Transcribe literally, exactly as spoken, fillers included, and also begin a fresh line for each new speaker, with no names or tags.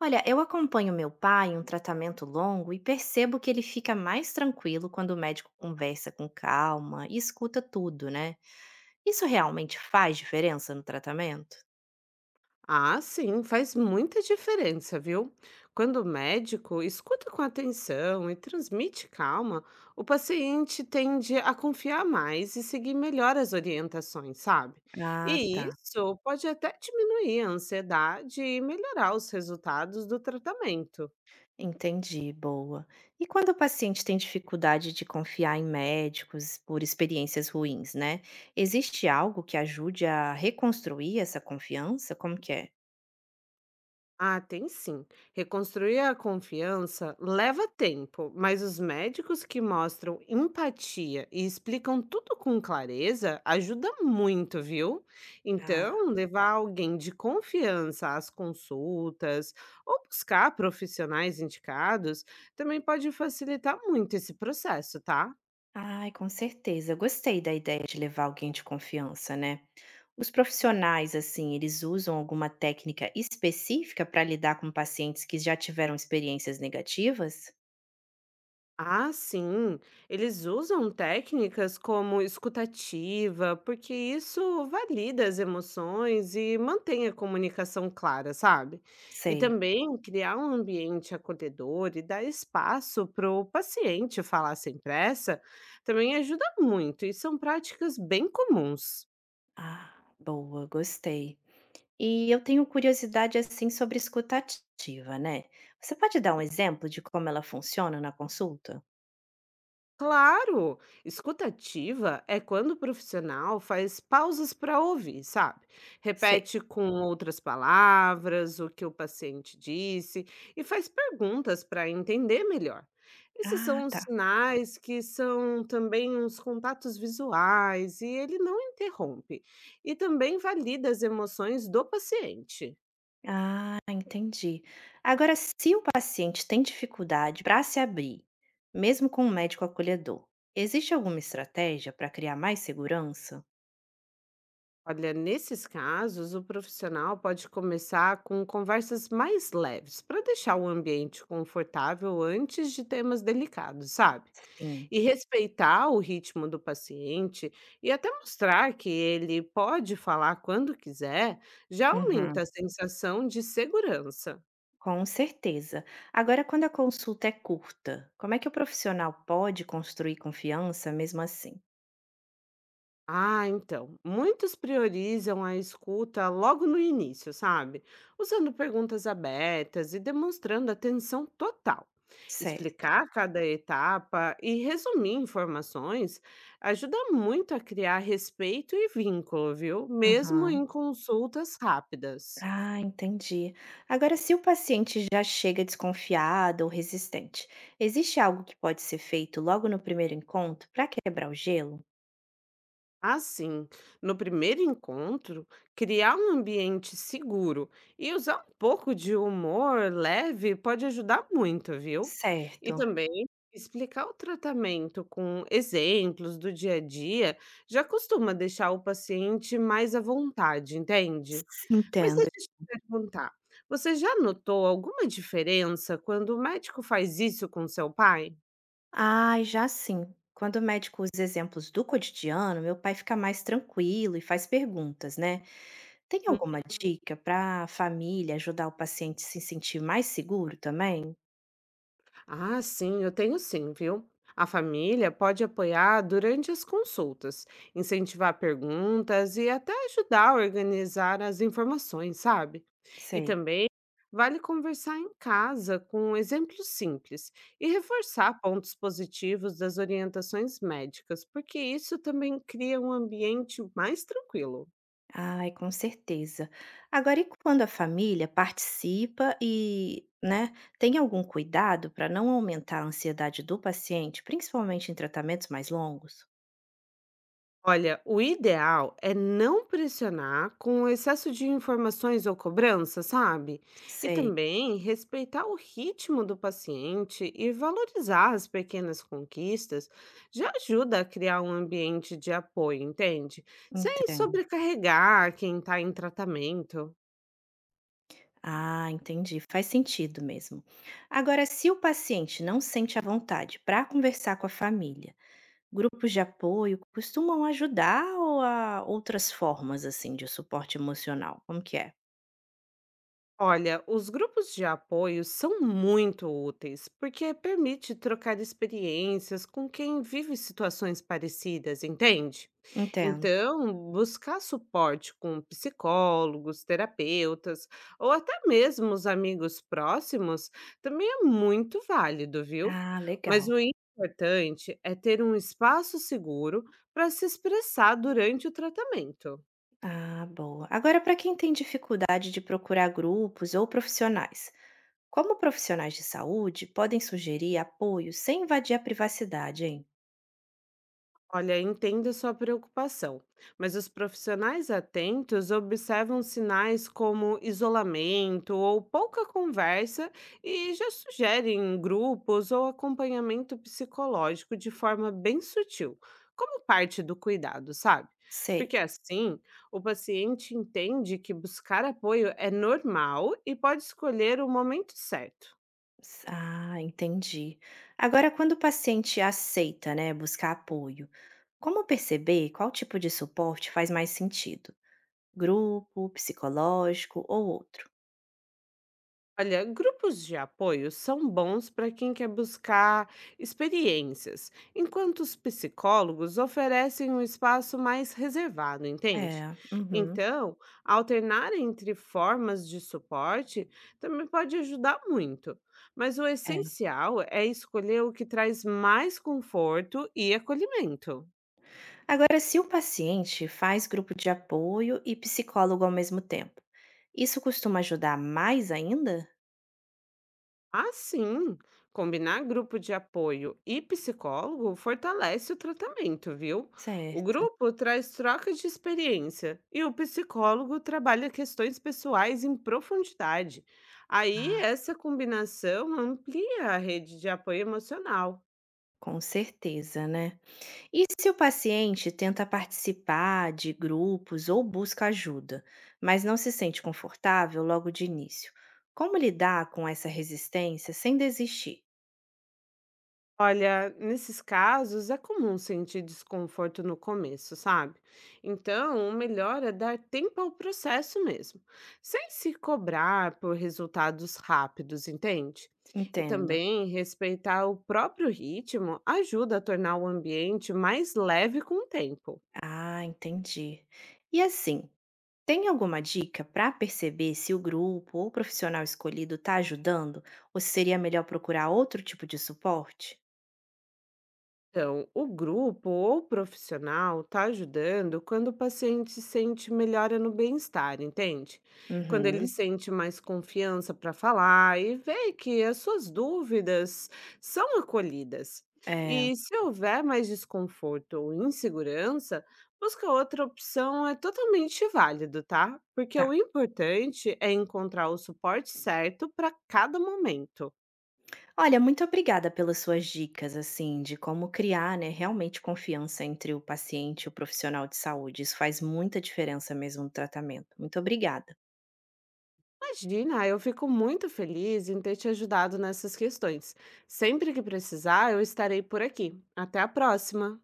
Olha, eu acompanho meu pai em um tratamento longo e percebo que ele fica mais tranquilo quando o médico conversa com calma e escuta tudo, né? Isso realmente faz diferença no tratamento?
Ah, sim, faz muita diferença, viu? Quando o médico escuta com atenção e transmite calma, o paciente tende a confiar mais e seguir melhor as orientações, sabe?
Ah, tá.
E isso pode até diminuir a ansiedade e melhorar os resultados do tratamento.
Entendi, boa. E quando o paciente tem dificuldade de confiar em médicos por experiências ruins, né? Existe algo que ajude a reconstruir essa confiança? Como que é?
Ah, tem sim. Reconstruir a confiança leva tempo, mas os médicos que mostram empatia e explicam tudo com clareza ajuda muito, viu?
Ah,
Então, levar alguém de confiança às consultas ou buscar profissionais indicados também pode facilitar muito esse processo, tá?
ai, com certeza. Eu gostei da ideia de levar alguém de confiança, né? Os profissionais, assim, eles usam alguma técnica específica para lidar com pacientes que já tiveram experiências negativas?
Ah, sim. Eles usam técnicas como escutativa, porque isso valida as emoções e mantém a comunicação clara, sabe? E
Sei.
também criar um ambiente acolhedor e dar espaço para o paciente falar sem pressa também ajuda muito, e são práticas bem comuns.
Ah, boa, gostei. E eu tenho curiosidade, assim, sobre escutativa, né? Você pode dar um exemplo de como ela funciona na consulta?
Claro, escuta ativa é quando o profissional faz pausas para ouvir, sabe?
Sei.
Repete com outras palavras o que o paciente disse e faz perguntas para entender melhor. Esses são
Ah,
os
tá.
sinais que são também uns contatos visuais e ele não interrompe e também valida as emoções do paciente.
Ah, entendi. Agora, se o paciente tem dificuldade para se abrir, mesmo com um médico acolhedor, existe alguma estratégia para criar mais segurança?
Olha, nesses casos, o profissional pode começar com conversas mais leves, para deixar o ambiente confortável antes de temas delicados, sabe?
Sim.
E respeitar o ritmo do paciente e até mostrar que ele pode falar quando quiser, já aumenta
Uhum.
a sensação de segurança.
Com certeza. Agora, quando a consulta é curta, como é que o profissional pode construir confiança mesmo assim?
Ah, então, muitos priorizam a escuta logo no início, sabe? Usando perguntas abertas e demonstrando atenção total.
Certo.
Explicar cada etapa e resumir informações ajuda muito a criar respeito e vínculo, viu? Mesmo
Aham.
em consultas rápidas.
Ah, entendi. Agora, se o paciente já chega desconfiado ou resistente, existe algo que pode ser feito logo no primeiro encontro para quebrar o gelo?
Assim, no primeiro encontro, criar um ambiente seguro e usar um pouco de humor leve pode ajudar muito, viu? E
Certo.
também explicar o tratamento com exemplos do dia a dia já costuma deixar o paciente mais à vontade,
S-
entende? Mas
Entendo.
deixa eu te perguntar, você já notou alguma diferença quando o médico faz isso com seu pai?
Ai, já sim. Quando o médico usa exemplos do cotidiano, meu pai fica mais tranquilo e faz perguntas, né? Tem alguma dica para a família ajudar o paciente a se sentir mais seguro também?
Ah, sim, eu tenho sim, viu? A família pode apoiar durante as consultas, incentivar perguntas e até ajudar a organizar as informações, sabe? E
Sei.
também vale conversar em casa com exemplos simples e reforçar pontos positivos das orientações médicas, porque isso também cria um ambiente mais tranquilo.
Ai, com certeza. Agora, e quando a família participa e, né, tem algum cuidado para não aumentar a ansiedade do paciente, principalmente em tratamentos mais longos?
Olha, o ideal é não pressionar com o excesso de informações ou cobrança, sabe? E
Sei,
também respeitar o ritmo do paciente e valorizar as pequenas conquistas já ajuda a criar um ambiente de apoio, entende? Sem
entendo.
sobrecarregar quem está em tratamento.
Ah, entendi. Faz sentido mesmo. Agora, se o paciente não sente a vontade para conversar com a família, grupos de apoio costumam ajudar ou há outras formas, assim, de suporte emocional? Como que é?
Olha, os grupos de apoio são muito úteis porque permite trocar experiências com quem vive situações parecidas, entende?
Entendo.
Então, buscar suporte com psicólogos, terapeutas ou até mesmo os amigos próximos também é muito válido, viu?
Ah,
Mas
legal.
o importante é ter um espaço seguro para se expressar durante o tratamento.
Ah, boa. Agora, para quem tem dificuldade de procurar grupos ou profissionais, como profissionais de saúde podem sugerir apoio sem invadir a privacidade, hein?
Olha, entendo sua preocupação, mas os profissionais atentos observam sinais como isolamento ou pouca conversa e já sugerem grupos ou acompanhamento psicológico de forma bem sutil, como parte do cuidado, sabe?
Sei.
Porque assim, o paciente entende que buscar apoio é normal e pode escolher o momento certo.
S- Ah, entendi. Agora, quando o paciente aceita, né, buscar apoio, como perceber qual tipo de suporte faz mais sentido? Grupo, psicológico ou outro.
Olha, grupos de apoio são bons para quem quer buscar experiências, enquanto os psicólogos oferecem um espaço mais reservado, entende?
É, uhum.
Então, alternar entre formas de suporte também pode ajudar muito, mas o
É.
essencial é escolher o que traz mais conforto e acolhimento.
Agora, se o paciente faz grupo de apoio e psicólogo ao mesmo tempo, isso costuma ajudar mais ainda?
Ah, sim. Combinar grupo de apoio e psicólogo fortalece o tratamento, viu? O
Certo.
grupo traz troca de experiência e o psicólogo trabalha questões pessoais em profundidade. Aí,
Ah,
essa combinação amplia a rede de apoio emocional.
com certeza, né? E se o paciente tenta participar de grupos ou busca ajuda, mas não se sente confortável logo de início? Como lidar com essa resistência sem desistir?
Olha, nesses casos é comum sentir desconforto no começo, sabe? Então, o melhor é dar tempo ao processo mesmo, sem se cobrar por resultados rápidos, entende? E
Entendo.
também respeitar o próprio ritmo ajuda a tornar o ambiente mais leve com o tempo.
Ah, entendi. E assim, tem alguma dica para perceber se o grupo ou o profissional escolhido está ajudando ou se seria melhor procurar outro tipo de suporte?
Então, o grupo ou profissional está ajudando quando o paciente sente melhora no bem-estar, entende? Quando ele
Uhum.
sente mais confiança para falar e vê que as suas dúvidas são acolhidas.
É,
E se houver mais desconforto ou insegurança, busca outra opção é totalmente válido, tá? Porque
tá.
o importante é encontrar o suporte certo para cada momento.
Olha, muito obrigada pelas suas dicas, assim, de como criar, né, realmente confiança entre o paciente e o profissional de saúde. Isso faz muita diferença mesmo no tratamento. Muito obrigada.
Imagina, eu fico muito feliz em ter te ajudado nessas questões. Sempre que precisar, eu estarei por aqui. Até a próxima!